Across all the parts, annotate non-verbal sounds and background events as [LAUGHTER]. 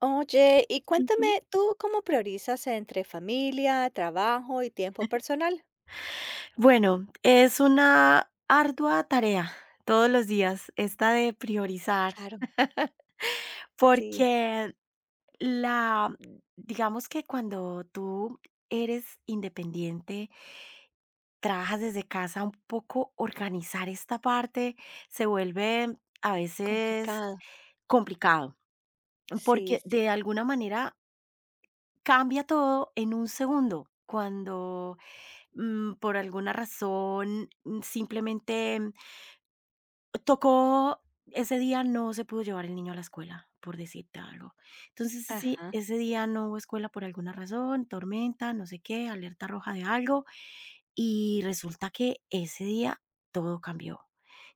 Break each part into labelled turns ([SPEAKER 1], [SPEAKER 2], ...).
[SPEAKER 1] Oye, y
[SPEAKER 2] Ujú.
[SPEAKER 1] cuéntame, ¿tú cómo priorizas entre familia, trabajo y tiempo personal?
[SPEAKER 2] Bueno, es una ardua tarea todos los días, esta de priorizar,
[SPEAKER 1] Claro, sí,
[SPEAKER 2] porque la, digamos que cuando tú eres independiente, trabajas desde casa, un poco organizar esta parte se vuelve a veces
[SPEAKER 1] complicado.
[SPEAKER 2] complicado,
[SPEAKER 1] Sí,
[SPEAKER 2] porque
[SPEAKER 1] sí.
[SPEAKER 2] de alguna manera cambia todo en un segundo. Cuando por alguna razón, simplemente tocó, ese día no se pudo llevar el niño a la escuela, por decirte algo. Entonces, sí,
[SPEAKER 1] Ajá,
[SPEAKER 2] ese día no hubo escuela por alguna razón, tormenta, no sé qué, alerta roja de algo, y resulta que ese día todo cambió.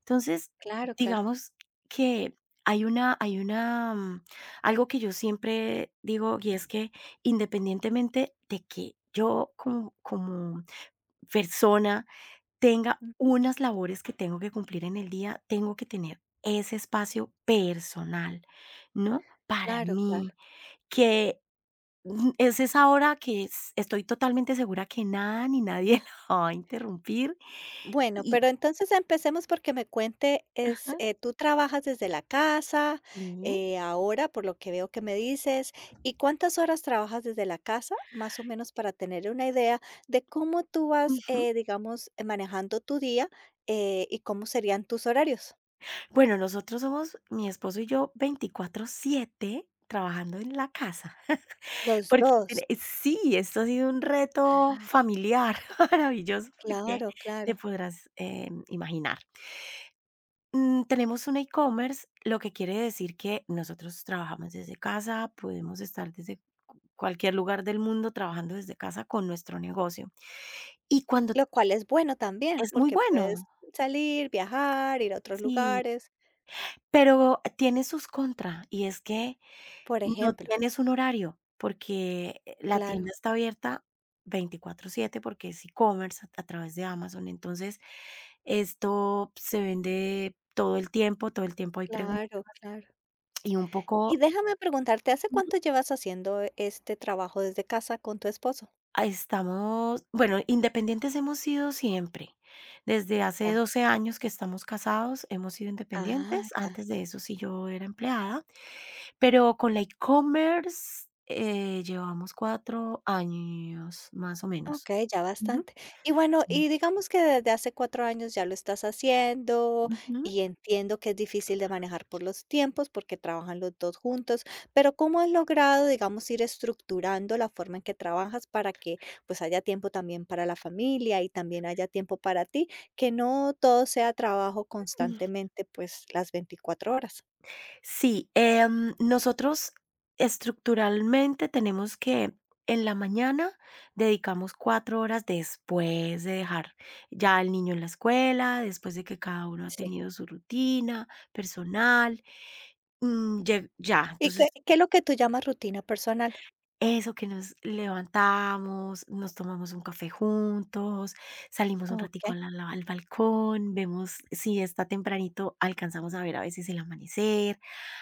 [SPEAKER 2] Entonces,
[SPEAKER 1] claro, claro.
[SPEAKER 2] digamos que hay algo que yo siempre digo, y es que independientemente de que yo como persona tenga
[SPEAKER 1] Mm.
[SPEAKER 2] unas labores que tengo que cumplir en el día, tengo que tener ese espacio personal, ¿no? Para
[SPEAKER 1] Claro, claro.
[SPEAKER 2] mí, que es esa hora que estoy totalmente segura que nada ni nadie [LAUGHS] la va a interrumpir.
[SPEAKER 1] Bueno,
[SPEAKER 2] Y
[SPEAKER 1] pero entonces empecemos porque me cuente, es, tú trabajas desde la casa,
[SPEAKER 2] sí,
[SPEAKER 1] ahora, por lo que veo que me dices, ¿y cuántas horas trabajas desde la casa? Más o menos para tener una idea de cómo tú vas,
[SPEAKER 2] ujú.
[SPEAKER 1] digamos, manejando tu día, y cómo serían tus horarios.
[SPEAKER 2] Bueno, nosotros somos, mi esposo y yo, 24/7 trabajando en la casa. [LAUGHS]
[SPEAKER 1] Los
[SPEAKER 2] Porque
[SPEAKER 1] dos
[SPEAKER 2] sí, esto ha sido un reto familiar [LAUGHS] maravilloso porque
[SPEAKER 1] Claro, claro.
[SPEAKER 2] te podrás imaginar. Tenemos un e-commerce, lo que quiere decir que nosotros trabajamos desde casa, podemos estar desde cualquier lugar del mundo trabajando desde casa con nuestro negocio. Y cuando
[SPEAKER 1] Lo cual es bueno también,
[SPEAKER 2] Es muy
[SPEAKER 1] porque puedes
[SPEAKER 2] bueno,
[SPEAKER 1] salir, viajar, ir a otros
[SPEAKER 2] sí,
[SPEAKER 1] lugares,
[SPEAKER 2] pero tiene sus contra y es que
[SPEAKER 1] por
[SPEAKER 2] no
[SPEAKER 1] ejemplo.
[SPEAKER 2] tienes un horario porque la tienda
[SPEAKER 1] Claro,
[SPEAKER 2] está abierta 24/7 porque es e-commerce a través de Amazon. Entonces, esto se vende todo el tiempo hay preguntas
[SPEAKER 1] claro, claro.
[SPEAKER 2] y un
[SPEAKER 1] Y
[SPEAKER 2] poco...
[SPEAKER 1] déjame preguntarte, ¿hace cuánto llevas haciendo este trabajo desde casa con tu esposo?
[SPEAKER 2] Ah, estamos, bueno, independientes hemos sido siempre. Desde hace
[SPEAKER 1] Ya.
[SPEAKER 2] 12 años que estamos casados, hemos sido
[SPEAKER 1] Ah,
[SPEAKER 2] independientes.
[SPEAKER 1] ya.
[SPEAKER 2] Antes de eso sí yo era empleada, pero con la e-commerce llevamos 4 años más o menos.
[SPEAKER 1] Okey, ya
[SPEAKER 2] Ujú,
[SPEAKER 1] bastante. Y bueno,
[SPEAKER 2] sí.
[SPEAKER 1] y digamos que desde hace 4 años ya lo estás haciendo,
[SPEAKER 2] Ujú.
[SPEAKER 1] y entiendo que es difícil de manejar por los tiempos, porque trabajan los 2 juntos, pero, ¿cómo has logrado, digamos, ir estructurando la forma en que trabajas para que, pues, haya tiempo también para la familia y también haya tiempo para ti, que no todo sea trabajo constantemente, pues, las 24 horas?
[SPEAKER 2] Sí, nosotros estructuralmente tenemos que en la mañana dedicamos 4 horas después de dejar ya al niño en la escuela, después de que cada uno ha
[SPEAKER 1] Sí.
[SPEAKER 2] tenido su rutina personal. Ya,
[SPEAKER 1] ¿Y qué
[SPEAKER 2] entonces
[SPEAKER 1] qué es lo que tú llamas rutina personal?
[SPEAKER 2] eso, que nos levantamos, nos tomamos un café juntos, salimos un ratico
[SPEAKER 1] Okey,
[SPEAKER 2] al balcón, vemos si está tempranito, alcanzamos a ver a veces el amanecer,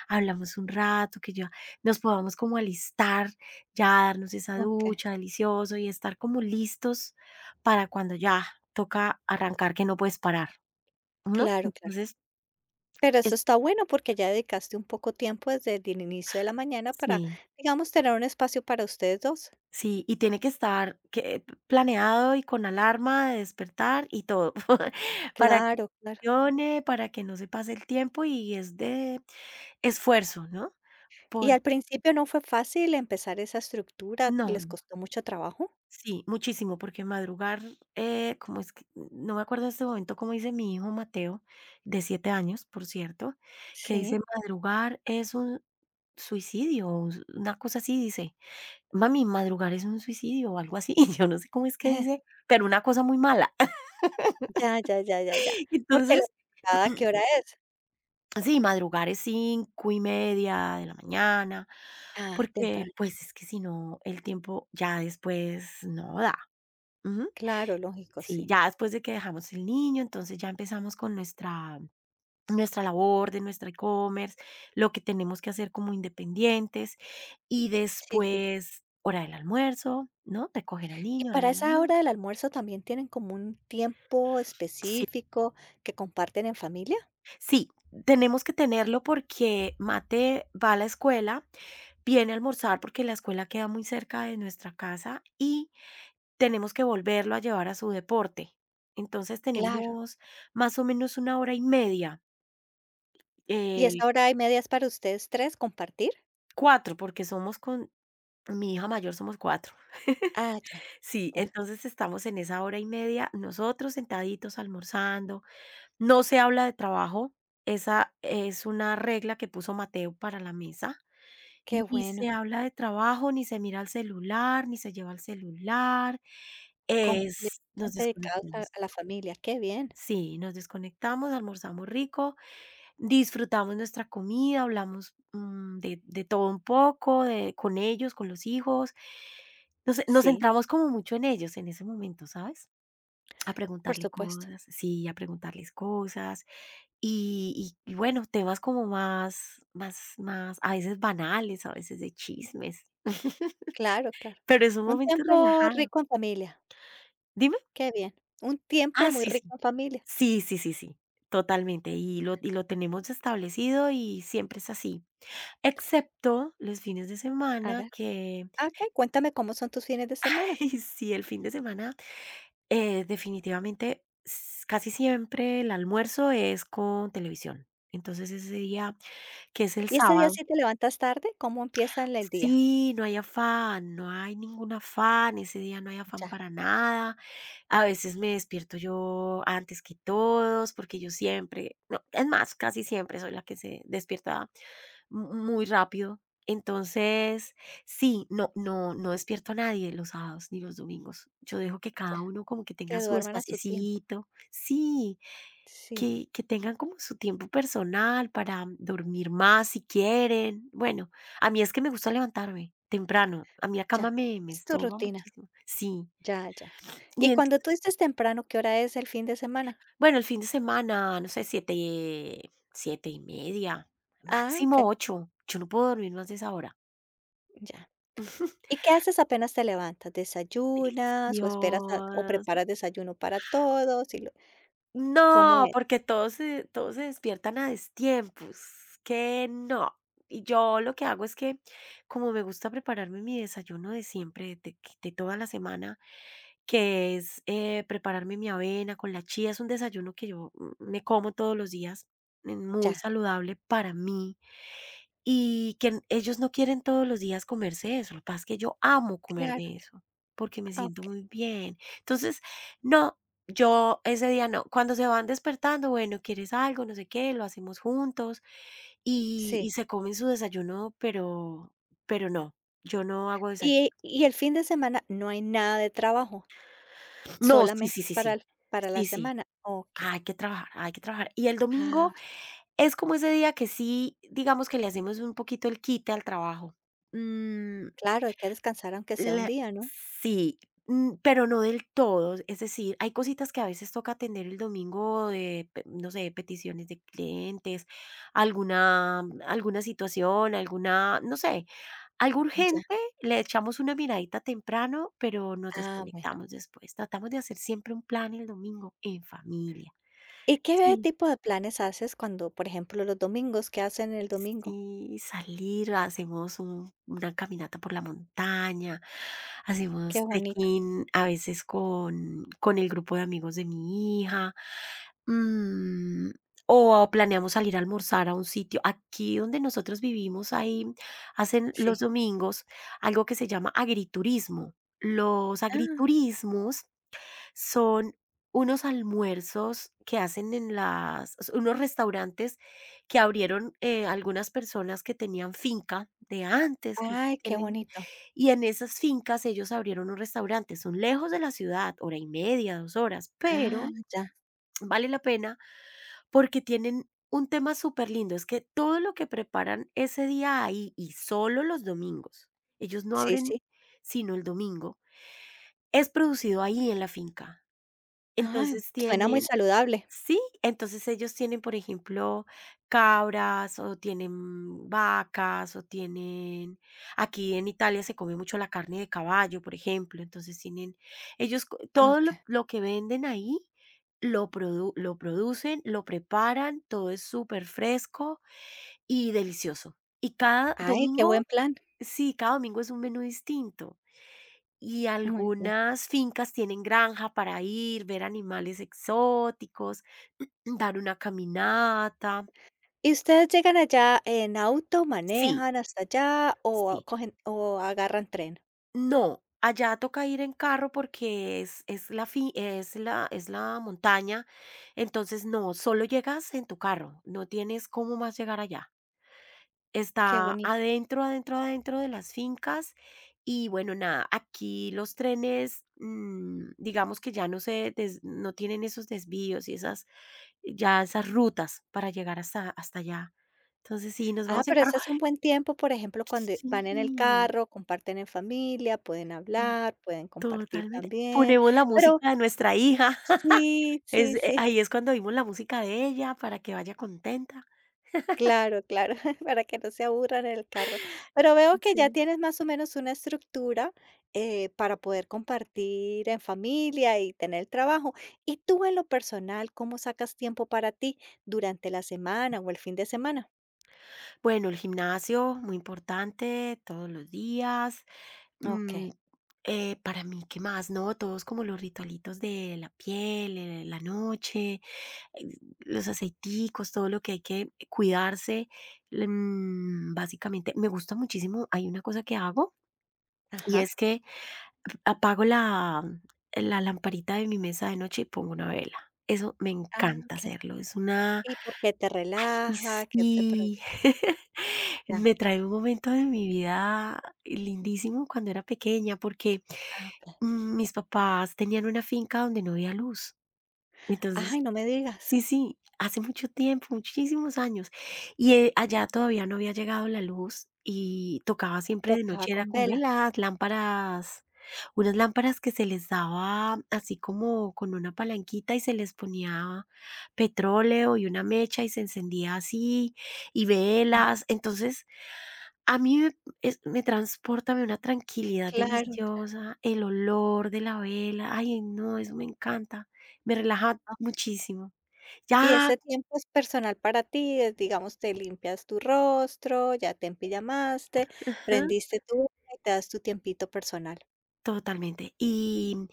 [SPEAKER 2] hablamos un rato, que ya nos podamos como alistar, ya darnos esa
[SPEAKER 1] okey.
[SPEAKER 2] ducha delicioso y estar como listos para cuando ya toca arrancar que no puedes parar, ¿no?
[SPEAKER 1] Claro, claro.
[SPEAKER 2] Entonces,
[SPEAKER 1] Pero eso
[SPEAKER 2] es,
[SPEAKER 1] está bueno porque ya dedicaste un poco tiempo desde el inicio de la mañana para,
[SPEAKER 2] sí.
[SPEAKER 1] digamos, tener un espacio para ustedes dos.
[SPEAKER 2] Sí, y tiene que estar que planeado y con alarma de despertar y todo, [LAUGHS] para que
[SPEAKER 1] Claro, claro.
[SPEAKER 2] funcione, para que no se pase el tiempo y es de esfuerzo, ¿no?
[SPEAKER 1] ¿Y
[SPEAKER 2] Porque
[SPEAKER 1] al principio no fue fácil empezar esa estructura?
[SPEAKER 2] no,
[SPEAKER 1] ¿Les costó mucho trabajo?
[SPEAKER 2] sí, muchísimo, porque madrugar, como es que no me acuerdo en este momento cómo dice mi hijo Mateo, de 7 años, por cierto, que dice
[SPEAKER 1] Sí.
[SPEAKER 2] madrugar es un suicidio, o una cosa así dice. Mami, madrugar es un suicidio o algo así, [LAUGHS] yo no sé cómo es que
[SPEAKER 1] [LAUGHS]
[SPEAKER 2] dice, pero una cosa muy mala.
[SPEAKER 1] Ya, ya, ya, ya, ya.
[SPEAKER 2] [LAUGHS]
[SPEAKER 1] Porque la
[SPEAKER 2] Entonces,
[SPEAKER 1] madrugada, ¿qué hora
[SPEAKER 2] [CLEARS THROAT]
[SPEAKER 1] es?
[SPEAKER 2] sí, madrugar es 5:30 de la mañana,
[SPEAKER 1] Ah,
[SPEAKER 2] porque,
[SPEAKER 1] temprano.
[SPEAKER 2] pues, es que si no, el tiempo ya después no da. Ujú.
[SPEAKER 1] Claro, lógico,
[SPEAKER 2] Sí,
[SPEAKER 1] sí.
[SPEAKER 2] ya después de que dejamos el niño, entonces ya empezamos con nuestra labor de nuestra e-commerce, lo que tenemos que hacer como independientes, y
[SPEAKER 1] Sí, sí.
[SPEAKER 2] después hora del almuerzo, ¿no? Recoger al
[SPEAKER 1] ¿Y
[SPEAKER 2] niño, hora
[SPEAKER 1] para
[SPEAKER 2] del
[SPEAKER 1] esa hora
[SPEAKER 2] almuerzo.
[SPEAKER 1] del almuerzo también tienen como un tiempo específico que comparten en familia?
[SPEAKER 2] Sí, tenemos que
[SPEAKER 1] Ya.
[SPEAKER 2] tenerlo porque Mate va a la escuela, viene a almorzar porque la escuela queda muy cerca de nuestra casa y tenemos que volverlo a llevar a su deporte. Entonces
[SPEAKER 1] Claro.
[SPEAKER 2] tenemos más o menos una hora y media,
[SPEAKER 1] ¿Y
[SPEAKER 2] eh,
[SPEAKER 1] esa hora y media es para ustedes 3 compartir?
[SPEAKER 2] cuatro, porque somos con mi hija mayor, somos 4. [LAUGHS]
[SPEAKER 1] Ah, ya,
[SPEAKER 2] Sí,
[SPEAKER 1] ya,
[SPEAKER 2] entonces estamos en esa hora y media nosotros sentaditos almorzando, no se habla de trabajo, esa es una regla que puso Mateo para la mesa.
[SPEAKER 1] qué
[SPEAKER 2] Ni se
[SPEAKER 1] bueno,
[SPEAKER 2] habla de trabajo, ni se mira el celular, ni se lleva el celular, es nos
[SPEAKER 1] completamente dedicados a
[SPEAKER 2] desconectamos.
[SPEAKER 1] a la familia, qué bien.
[SPEAKER 2] Sí, nos desconectamos, almorzamos rico, disfrutamos nuestra comida, hablamos, de todo un poco, de con ellos, con los hijos. Nos
[SPEAKER 1] Sí,
[SPEAKER 2] centramos como mucho en ellos en ese momento, ¿sabes? A
[SPEAKER 1] por
[SPEAKER 2] preguntarle
[SPEAKER 1] supuesto.
[SPEAKER 2] cosas, sí, a preguntarles cosas, y bueno, temas como más, a veces banales, a veces de chismes.
[SPEAKER 1] Claro, claro.
[SPEAKER 2] Pero es un
[SPEAKER 1] Un
[SPEAKER 2] momento
[SPEAKER 1] tiempo
[SPEAKER 2] relajado.
[SPEAKER 1] rico en familia,
[SPEAKER 2] ¿Dime?
[SPEAKER 1] qué bien. Un tiempo
[SPEAKER 2] Ah,
[SPEAKER 1] muy
[SPEAKER 2] sí,
[SPEAKER 1] rico
[SPEAKER 2] sí.
[SPEAKER 1] en familia.
[SPEAKER 2] Sí, sí, sí, sí, totalmente. Y lo tenemos establecido y siempre es así, excepto los fines de
[SPEAKER 1] A
[SPEAKER 2] semana
[SPEAKER 1] ver,
[SPEAKER 2] que
[SPEAKER 1] ah, okey, cuéntame cómo son tus fines de
[SPEAKER 2] [LAUGHS]
[SPEAKER 1] semana.
[SPEAKER 2] y sí, el fin de semana, definitivamente, s casi siempre el almuerzo es con televisión. Entonces, ese día, que es el
[SPEAKER 1] ¿Y ese día
[SPEAKER 2] sábado.
[SPEAKER 1] sí te levantas tarde? ¿Cómo empieza el día?
[SPEAKER 2] Sí, no hay afán, no hay ningún afán, ese día no hay afán
[SPEAKER 1] Ya,
[SPEAKER 2] para nada. A veces me despierto yo antes que todos, porque yo siempre, no, es más, casi siempre soy la que se despierta muy rápido. Entonces, sí, no, no, no despierto a nadie los sábados ni los domingos. Yo dejo que cada
[SPEAKER 1] ya,
[SPEAKER 2] uno como que
[SPEAKER 1] que
[SPEAKER 2] tenga su
[SPEAKER 1] duerman a su tiempo.
[SPEAKER 2] espaciecito. Sí
[SPEAKER 1] Sí,
[SPEAKER 2] que tengan como su tiempo personal para dormir más si quieren. Bueno, a mí es que me gusta levantarme temprano. A mí la
[SPEAKER 1] ya,
[SPEAKER 2] cama me
[SPEAKER 1] es tu
[SPEAKER 2] estorba
[SPEAKER 1] rutina.
[SPEAKER 2] muchísimo. Sí.
[SPEAKER 1] Ya, ya. Y
[SPEAKER 2] Y
[SPEAKER 1] cuando
[SPEAKER 2] entonces,
[SPEAKER 1] tú dices temprano, ¿qué hora es el fin de semana?
[SPEAKER 2] bueno, el fin de semana, no sé, siete, 7:30,
[SPEAKER 1] Ah,
[SPEAKER 2] máximo
[SPEAKER 1] okey.
[SPEAKER 2] ocho. Yo no puedo dormir más de esa hora.
[SPEAKER 1] Ya. ¿Y qué haces apenas te levantas? ¿Desayunas o esperas o
[SPEAKER 2] Dios.
[SPEAKER 1] preparas desayuno para todos? ¿Cómo
[SPEAKER 2] No,
[SPEAKER 1] es?
[SPEAKER 2] porque todos se despiertan a destiempos, que no. Y yo lo que hago es que, como me gusta prepararme mi desayuno de siempre, de toda la semana, que es, prepararme mi avena con la chía. Es un desayuno que yo, me como todos los días, muy
[SPEAKER 1] Ya,
[SPEAKER 2] saludable para mí, y que ellos no quieren todos los días comerse eso. Lo que pasa es que yo amo
[SPEAKER 1] claro.
[SPEAKER 2] comerme eso, porque me
[SPEAKER 1] Ah,
[SPEAKER 2] siento
[SPEAKER 1] ok.
[SPEAKER 2] muy bien. Entonces, no, yo ese día no. Cuando se van despertando, bueno, ¿quieres algo? No sé qué, lo hacemos juntos, y
[SPEAKER 1] Sí.
[SPEAKER 2] se comen su desayuno, pero no, yo no hago desayuno.
[SPEAKER 1] Y el fin de semana no hay nada de trabajo,
[SPEAKER 2] No, sí,
[SPEAKER 1] solamente
[SPEAKER 2] sí,
[SPEAKER 1] es
[SPEAKER 2] sí,
[SPEAKER 1] para,
[SPEAKER 2] sí.
[SPEAKER 1] para la
[SPEAKER 2] Sí, sí.
[SPEAKER 1] semana. Ok.
[SPEAKER 2] Hay que trabajar, hay que trabajar. Y el domingo
[SPEAKER 1] Ah,
[SPEAKER 2] es como ese día que sí, digamos que le hacemos un poquito el quite al trabajo. Mm,
[SPEAKER 1] claro, hay que descansar aunque sea un
[SPEAKER 2] le
[SPEAKER 1] día, ¿no?
[SPEAKER 2] Sí, pero no del todo. Es decir, hay cositas que a veces toca atender el domingo de, pe no sé, peticiones de clientes, alguna alguna situación, alguna, no sé, algo
[SPEAKER 1] Ya.
[SPEAKER 2] urgente, le echamos una miradita temprano, pero nos
[SPEAKER 1] Ah, bueno.
[SPEAKER 2] desconectamos después. Tratamos de hacer siempre un plan el domingo en familia.
[SPEAKER 1] ¿Y qué
[SPEAKER 2] Sí.
[SPEAKER 1] tipo de planes haces cuando, por ejemplo, los domingos? ¿Qué hacen el domingo?
[SPEAKER 2] Sí, salir, hacemos una caminata por la montaña,
[SPEAKER 1] Qué
[SPEAKER 2] hacemos
[SPEAKER 1] bonito.
[SPEAKER 2] trekking a veces con, el grupo de amigos de mi hija, mm, o planeamos salir a almorzar a un sitio. Aquí donde nosotros vivimos, ahí hacen los
[SPEAKER 1] Sí.
[SPEAKER 2] domingos algo que se llama agriturismo. Los
[SPEAKER 1] Ah,
[SPEAKER 2] agriturismos son unos almuerzos que hacen en las o sea, unos restaurantes que abrieron, algunas personas que tenían finca de antes, que
[SPEAKER 1] ay, qué
[SPEAKER 2] tienen
[SPEAKER 1] bonito.
[SPEAKER 2] y en esas fincas ellos abrieron un restaurante, son lejos de la ciudad, hora y media, 2 horas,
[SPEAKER 1] Ah,
[SPEAKER 2] pero
[SPEAKER 1] ya.
[SPEAKER 2] vale la pena porque tienen un tema súper lindo es que todo lo que preparan ese día ahí, y solo los domingos, ellos no
[SPEAKER 1] Sí,
[SPEAKER 2] abren
[SPEAKER 1] sí.
[SPEAKER 2] sino el domingo, es producido ahí en la finca.
[SPEAKER 1] Ay,
[SPEAKER 2] Entonces
[SPEAKER 1] suena muy
[SPEAKER 2] tienen
[SPEAKER 1] saludable.
[SPEAKER 2] Sí, entonces ellos tienen, por ejemplo, cabras o tienen vacas o tienen, aquí en Italia se come mucho la carne de caballo, por ejemplo, entonces tienen, ellos todo lo,
[SPEAKER 1] Okey.
[SPEAKER 2] lo que venden ahí lo producen, lo preparan, todo es súper fresco y delicioso. Y cada
[SPEAKER 1] Ay, qué buen
[SPEAKER 2] domingo,
[SPEAKER 1] plan.
[SPEAKER 2] sí, cada domingo es un menú distinto. Y
[SPEAKER 1] Muy bien.
[SPEAKER 2] algunas fincas tienen granja para ir, ver animales exóticos, [CLEARS THROAT] dar una caminata.
[SPEAKER 1] ¿Y ustedes llegan allá en auto,
[SPEAKER 2] Sí,
[SPEAKER 1] manejan hasta allá o
[SPEAKER 2] sí.
[SPEAKER 1] cogen o agarran tren?
[SPEAKER 2] No, allá toca ir en carro porque es la fi- es la montaña. Entonces, no, solo llegas en tu carro. No tienes cómo más llegar allá.
[SPEAKER 1] Qué
[SPEAKER 2] Está
[SPEAKER 1] bonito.
[SPEAKER 2] adentro, adentro, adentro de las fincas y bueno, nada, aquí los trenes, digamos que ya no tienen esos desvíos y esas rutas para llegar hasta allá. Entonces sí, nos
[SPEAKER 1] Ah,
[SPEAKER 2] vamos en
[SPEAKER 1] pero
[SPEAKER 2] carro.
[SPEAKER 1] ese es un buen tiempo, por ejemplo, cuando van
[SPEAKER 2] Sí,
[SPEAKER 1] en el carro, comparten en familia, pueden hablar, pueden compartir
[SPEAKER 2] totalmente.
[SPEAKER 1] también.
[SPEAKER 2] Ponemos la
[SPEAKER 1] Pero
[SPEAKER 2] música de nuestra hija. [LAUGHS]
[SPEAKER 1] sí, sí, sí.
[SPEAKER 2] Ahí es cuando oímos la música de ella para que vaya contenta.
[SPEAKER 1] Claro, claro, [LAUGHS] para que no se aburran en el carro. Pero veo que ya
[SPEAKER 2] Sí.
[SPEAKER 1] tienes más o menos una estructura para poder compartir en familia y tener el trabajo. ¿Y tú en lo personal, cómo sacas tiempo para ti durante la semana o el fin de semana?
[SPEAKER 2] Bueno, el gimnasio, muy importante, todos los días.
[SPEAKER 1] Ok,
[SPEAKER 2] Mm, para mí, ¿qué más? No, todos como los ritualitos de la piel, la noche, eh, los aceiticos, todo lo que hay que cuidarse. Básicamente, me gusta muchísimo. Hay una cosa que hago y
[SPEAKER 1] ajá,
[SPEAKER 2] es que apago la lamparita de mi mesa de noche y pongo una vela. Eso me
[SPEAKER 1] ah,
[SPEAKER 2] encanta
[SPEAKER 1] ok.
[SPEAKER 2] hacerlo. Es una.
[SPEAKER 1] ¿Y por qué te
[SPEAKER 2] Ay,
[SPEAKER 1] relaja? ¿Qué te
[SPEAKER 2] sí.
[SPEAKER 1] produce?
[SPEAKER 2] [LAUGHS]
[SPEAKER 1] Ya,
[SPEAKER 2] Me trae un momento de mi vida lindísimo cuando era pequeña, porque,
[SPEAKER 1] ah, ok.
[SPEAKER 2] mis papás tenían una finca donde no había luz.
[SPEAKER 1] Ay,
[SPEAKER 2] Entonces.
[SPEAKER 1] no me digas,
[SPEAKER 2] Sí, sí, hace mucho tiempo, muchísimos años. Y, allá todavía no había llegado la luz y tocaba siempre de
[SPEAKER 1] tocaba
[SPEAKER 2] noche, era
[SPEAKER 1] con
[SPEAKER 2] con
[SPEAKER 1] vela.
[SPEAKER 2] velas, lámparas, unas lámparas que se les daba así como con una palanquita y se les ponía petróleo y una mecha y se encendía así, y
[SPEAKER 1] Mm.
[SPEAKER 2] velas. Entonces, a mí me transporta, me da una tranquilidad
[SPEAKER 1] Claro.
[SPEAKER 2] deliciosa, el olor de la vela. Ay, no, eso me encanta, me relaja muchísimo.
[SPEAKER 1] Y
[SPEAKER 2] Ya,
[SPEAKER 1] ese tiempo es personal para ti, es, digamos, te limpias tu rostro, ya te empijamaste,
[SPEAKER 2] ajá,
[SPEAKER 1] prendiste tu vela y te das tu tiempito personal.
[SPEAKER 2] totalmente. Y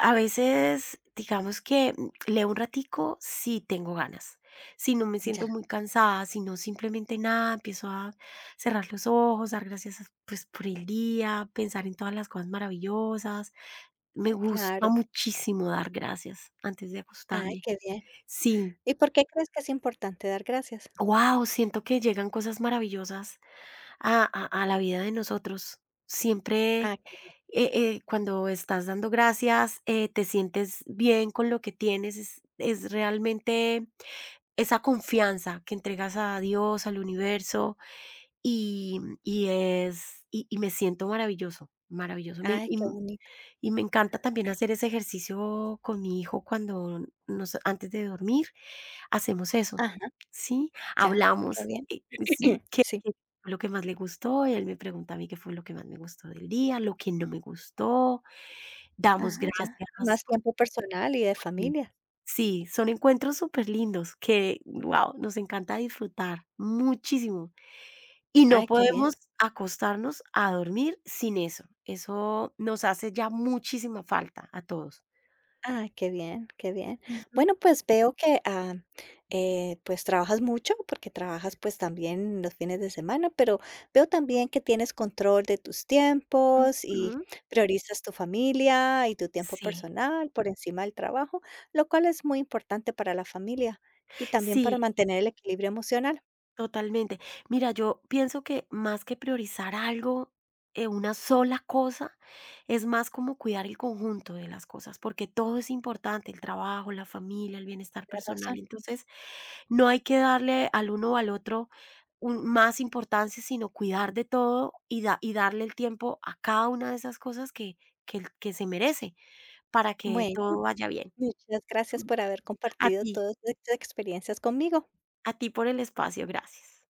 [SPEAKER 2] a veces, digamos que leo un ratico si tengo ganas. Si no me siento
[SPEAKER 1] Ya,
[SPEAKER 2] muy cansada, si no simplemente nada, empiezo a cerrar los ojos, dar gracias, pues, por el día, pensar en todas las cosas maravillosas. Me gusta
[SPEAKER 1] claro.
[SPEAKER 2] muchísimo dar gracias antes de
[SPEAKER 1] Ay,
[SPEAKER 2] acostarme.
[SPEAKER 1] qué bien.
[SPEAKER 2] Sí,
[SPEAKER 1] ¿Y por qué crees que es importante dar gracias?
[SPEAKER 2] guau, siento que llegan cosas maravillosas a la vida de nosotros. Siempre,
[SPEAKER 1] Ah, qué bien.
[SPEAKER 2] cuando estás dando gracias, te sientes bien con lo que tienes, es realmente esa confianza que entregas a Dios, al universo, y es y me siento maravilloso, maravilloso. Me
[SPEAKER 1] Ay, qué bonito.
[SPEAKER 2] y me encanta también hacer ese ejercicio con mi hijo cuando nos antes de dormir, hacemos eso,
[SPEAKER 1] Ajá,
[SPEAKER 2] ¿sí?
[SPEAKER 1] ya, qué
[SPEAKER 2] Hablamos,
[SPEAKER 1] bien.
[SPEAKER 2] sí,
[SPEAKER 1] [CLEARS THROAT]
[SPEAKER 2] qué
[SPEAKER 1] Sí,
[SPEAKER 2] qué fue lo que más le gustó, y él me pregunta a mí qué fue lo que más me gustó del día, lo que no me gustó, damos
[SPEAKER 1] ajá,
[SPEAKER 2] gracias.
[SPEAKER 1] ya. Más tiempo personal y de familia.
[SPEAKER 2] Sí, son encuentros súper lindos que, wow nos encanta disfrutar muchísimo. Y no
[SPEAKER 1] Ay, qué bien.
[SPEAKER 2] podemos acostarnos a dormir sin eso. Eso nos hace ya muchísima falta a todos.
[SPEAKER 1] Ah, qué bien, qué bien.
[SPEAKER 2] Ujú.
[SPEAKER 1] Bueno, pues veo que, ah, pues trabajas mucho, porque trabajas pues también los fines de semana, pero veo también que tienes control de tus tiempos y
[SPEAKER 2] Ujú.
[SPEAKER 1] priorizas tu familia y tu tiempo
[SPEAKER 2] Sí,
[SPEAKER 1] personal por encima del trabajo, lo cual es muy importante para la familia y también para
[SPEAKER 2] sí,
[SPEAKER 1] mantener el equilibrio emocional.
[SPEAKER 2] totalmente. Mira, yo pienso que más que priorizar algo, una sola cosa, es más como cuidar el conjunto de las cosas, porque todo es importante, el trabajo, la familia, el bienestar
[SPEAKER 1] Tienes razón.
[SPEAKER 2] personal. Entonces, no hay que darle al uno o al otro más importancia, sino cuidar de todo y darle el tiempo a cada una de esas cosas que se merece para que
[SPEAKER 1] Bueno,
[SPEAKER 2] todo vaya bien.
[SPEAKER 1] muchas gracias
[SPEAKER 2] [LAUGHS]
[SPEAKER 1] por haber
[SPEAKER 2] A
[SPEAKER 1] compartido
[SPEAKER 2] ti,
[SPEAKER 1] todas estas experiencias conmigo.
[SPEAKER 2] a ti por el espacio, gracias.